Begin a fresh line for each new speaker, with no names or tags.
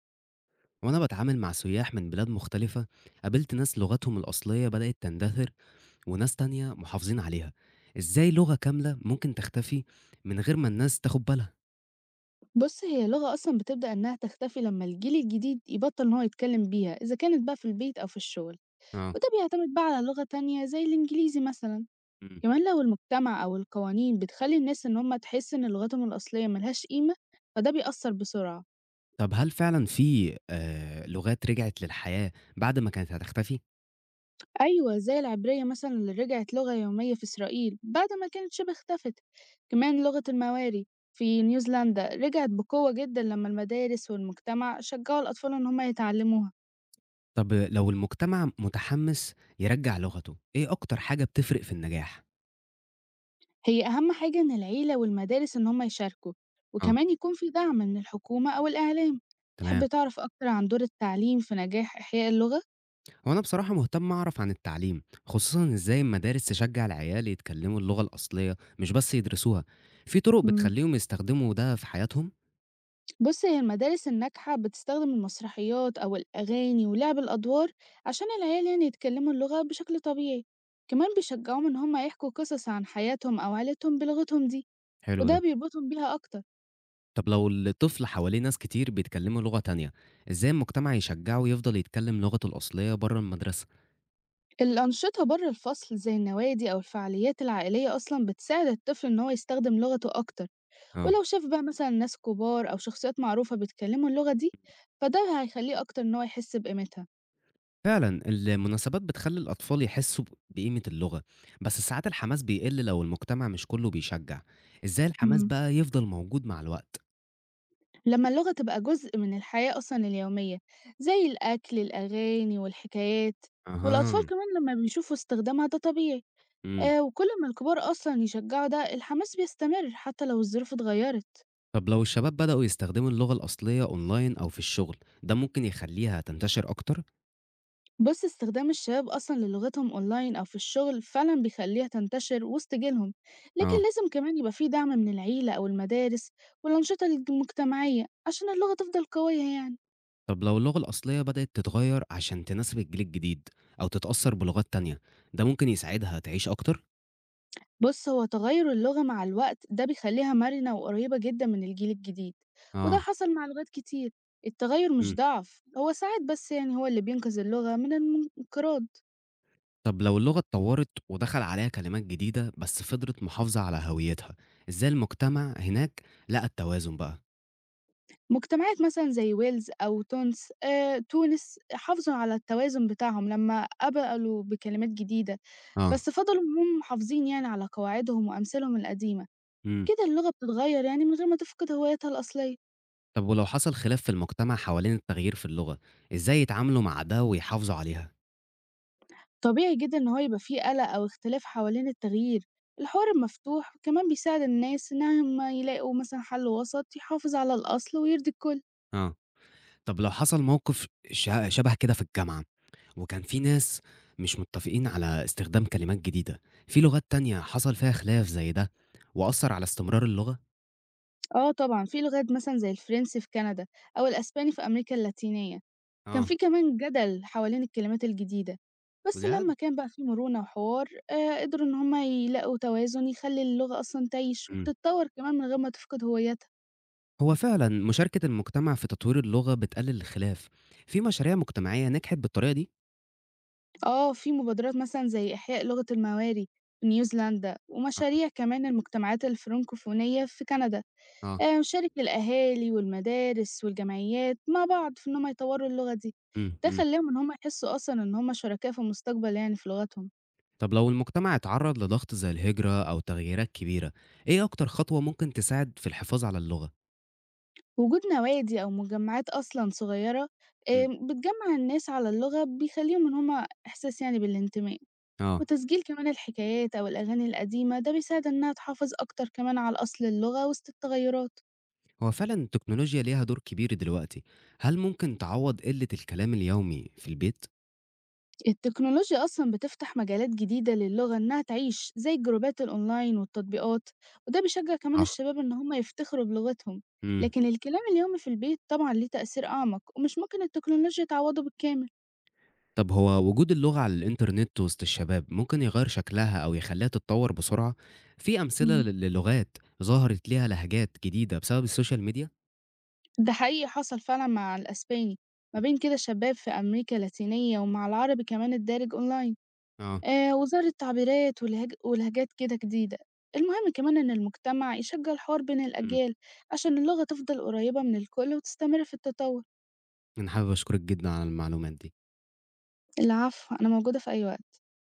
وأنا بتعامل مع سياح من بلاد مختلفة. قابلت ناس لغتهم الأصلية بدأت تندثر، وناس تانية محافظين عليها. إزاي لغة كاملة ممكن تختفي من غير ما الناس تاخد بالها؟
بُص، هي اللغة أصلًا بتبدأ إنها تختفي لمّا الجيل الجديد يبطّل إن هو يتكلّم بيها، إذا كانت بقى في البيت أو في الشغل،
آه.
وده بيعتمد بقى على لغة تانية زي الإنجليزي مثلًا.
مم.
كمان لو المجتمع أو القوانين بتخلّي الناس إن هم تحس إن لغتهم الأصلية ما لهاش قيمة، فده بيأثّر بسرعة.
طب هل فعلا في لغات رجعت للحياة بعد ما كانت هتختفي؟
أيوه، زي العبرية مثلًا اللي رجعت لغة يومية في إسرائيل بعد ما كانت شبه اختفت. كمان لغة الماوري في نيوزيلندا رجعت بقوة جدًا لمّا المدارس والمجتمع شجّعوا الأطفال إن هم يتعلّموها.
طب لو المجتمع متحمس يرجع لغته، إيه أكتر حاجة بتفرق في النجاح؟
هي أهم حاجة إن العيلة والمدارس إن هم يشاركوا،
آه.
وكمان يكون في دعم من الحكومة أو الإعلام. تحب
تمام.
تعرف أكتر عن دور التعليم في نجاح إحياء اللغة؟
هو أنا بصراحة مهتم أعرف عن التعليم، خصوصًا إزاي المدارس تشجع العيال يتكلموا اللغة الأصلية مش بس يدرسوها، في طرق
مم.
بتخليهم يستخدموا ده في حياتهم؟
بص، هي المدارس الناجحة بتستخدم المسرحيات أو الأغاني ولعب الأدوار عشان العيال يعني يتكلموا اللغة بشكل طبيعي. كمان بيشجعوهم إن هم يحكوا قصص عن حياتهم أو عيلتهم بلغتهم دي،
حلو
وده
ده.
بيربطهم بيها أكتر.
طب لو الطفل حواليه ناس كتير بيتكلموا لغة تانية، إزاي المجتمع يشجعه يفضل يتكلم لغته الأصلية بره المدرسة؟
الأنشطة بره الفصل زي النوادي أو الفعاليات العائلية أصلا بتساعد الطفل إن هو يستخدم لغته أكتر.
آه.
ولو شاف بقى مثلًا ناس كبار أو شخصيات معروفة بيتكلموا اللغة دي، فده هيخلّيه أكتر إن هو يحس بقيمتها.
فعلًا المناسبات بتخلي الأطفال يحسوا بقيمة اللغة، بس ساعات الحماس بيقل لو المجتمع مش كله بيشجع، إزاي الحماس
إمم.
بقى يفضل موجود مع الوقت؟
لمّا اللغة تبقى جزء من الحياة أصلًا اليومية، زي الأكل، الأغاني والحكايات، والأطفال
أها.
كمان لمّا بيشوفوا استخدامها ده طبيعي،
امم
وكل ما الكبار أصلًا يشجعوا ده، الحماس بيستمر حتى لو الظروف اتغيّرت.
طب لو الشباب بدأوا يستخدموا اللغة الأصلية أونلاين أو في الشغل، ده ممكن يخليها تنتشر أكتر؟
بص، استخدام الشباب أصلا للغتهم أونلاين أو في الشغل فعلا بيخليها تنتشر وسط جيلهم، لكن
اه.
لازم كمان يبقى فيه دعم من العيلة أو المدارس والأنشطة المجتمعية عشان اللغة تفضل قوية يعني.
طب لو اللغة الأصلية بدأت تتغير عشان تناسب الجيل الجديد أو تتأثر بلغات تانية، ده ممكن يساعدها تعيش أكتر؟
بص، هو تغير اللغة مع الوقت ده بيخليها مرنة وقريبة جدا من الجيل الجديد، وده
اه.
حصل مع لغات كتير. التغير مش
مم.
ضعف، هو ساعات بس يعني هو اللي بينقذ اللغة من الانقراض.
طب لو اللغة اتطورت ودخل عليها كلمات جديدة بس فضلت محافظة على هويتها، إزاي المجتمع هناك لقى التوازن بقى؟
مجتمعات مثلًا زي ويلز أو تونس، تونس حافظوا على التوازن بتاعهم لمّا قبلوا بكلمات جديدة،
اه.
بس فضلوا إن هم محافظين يعني على قواعدهم وأمثالهم القديمة،
مم.
كده اللغة بتتغيّر يعني من غير ما تفقد هويتها الأصلية.
طب ولو حصل خلاف في المجتمع حوالين التغيير في اللغة، إزاي يتعاملوا مع ده ويحافظوا عليها؟
طبيعي جدًا إن هو يبقى في قلق أو اختلاف حوالين التغيير، الحوار المفتوح كمان بيساعد الناس إنهم يلاقوا مثلًا حل وسط يحافظ على الأصل ويرضي الكل.
اه. طب لو حصل موقف شبه كده في الجامعة، وكان في ناس مش متفقين على استخدام كلمات جديدة، في لغات تانية حصل فيها خلاف زي ده، وأثّر على استمرار اللغة؟
آه طبعًا، في لغات مثلًا زي الفرنسي في كندا أو الأسباني في أمريكا اللاتينية. كان في
آه.
كمان جدل حوالين الكلمات الجديدة، بس
بجد؟
لمّا كان بقى في مرونة وحوار، قدروا إن هم يلاقوا توازن يخلّي اللغة أصلًا تعيش
إمم،
وتتطور كمان من غير ما تفقد هويتها.
هو فعلًا مشاركة المجتمع في تطوير اللغة بتقلل الخلاف، في مشاريع مجتمعية نجحت بالطريقة دي؟
آه، في مبادرات مثلًا زي إحياء لغة الماوري في نيوزيلندا،
آه،
ومشاريع كمان المجتمعات الفرنكوفونية في كندا،
آه،
شارك الأهالي والمدارس والجمعيات مع بعض في إن هم يطوروا اللغة دي،
إمم،
ده
إمم.
خلّاهم إن هم يحسوا أصلًا إن هم شركاء في المستقبل يعني في لغتهم.
طب لو المجتمع اتعرّض لضغط زي الهجرة أو تغييرات كبيرة، إيه أكتر خطوة ممكن تساعد في الحفاظ على اللغة؟
وجود نوادي أو مجمعات أصلًا صغيرة،
إمم،
بتجمّع الناس على اللغة بيخلّيهم إن هم إحساس يعني بالانتماء،
آه.
وتسجيل كمان الحكايات أو الأغاني القديمة ده بيساعد إنها تحافظ أكتر كمان على أصل اللغة وسط التغيرات.
هو فعلا التكنولوجيا ليها دور كبير دلوقتي. هل ممكن تعوض قلة الكلام اليومي في البيت؟
التكنولوجيا أصلًا بتفتح مجالات جديدة للغة إنها تعيش زي الجروبات الأونلاين والتطبيقات، وده بيشجع كمان
صح.
الشباب إن هم يفتخروا بلغتهم،
مم.
لكن الكلام اليومي في البيت طبعًا ليه تأثير أعمق ومش ممكن التكنولوجيا تعوّضه بالكامل.
طب هو وجود اللغة على الإنترنت وسط الشباب ممكن يغير شكلها أو يخليها تتطور بسرعة؟ في أمثلة
إمم.
للغات ظهرت ليها لهجات جديدة بسبب السوشيال ميديا؟
ده حقيقي حصل فعلًا مع الأسباني، ما
مم.
بين كده شباب في أمريكا اللاتينية ومع العربي كمان الدارج أونلاين،
آه.
وظهرت تعبيرات ولهجات كده جديدة، المهم كمان إن المجتمع يشجع الحوار بين
مم.
الأجيال عشان اللغة تفضل قريبة من الكل وتستمر في التطور.
أنا حابب أشكرك جدا على المعلومات دي
العفو، أنا موجودة في أي وقت.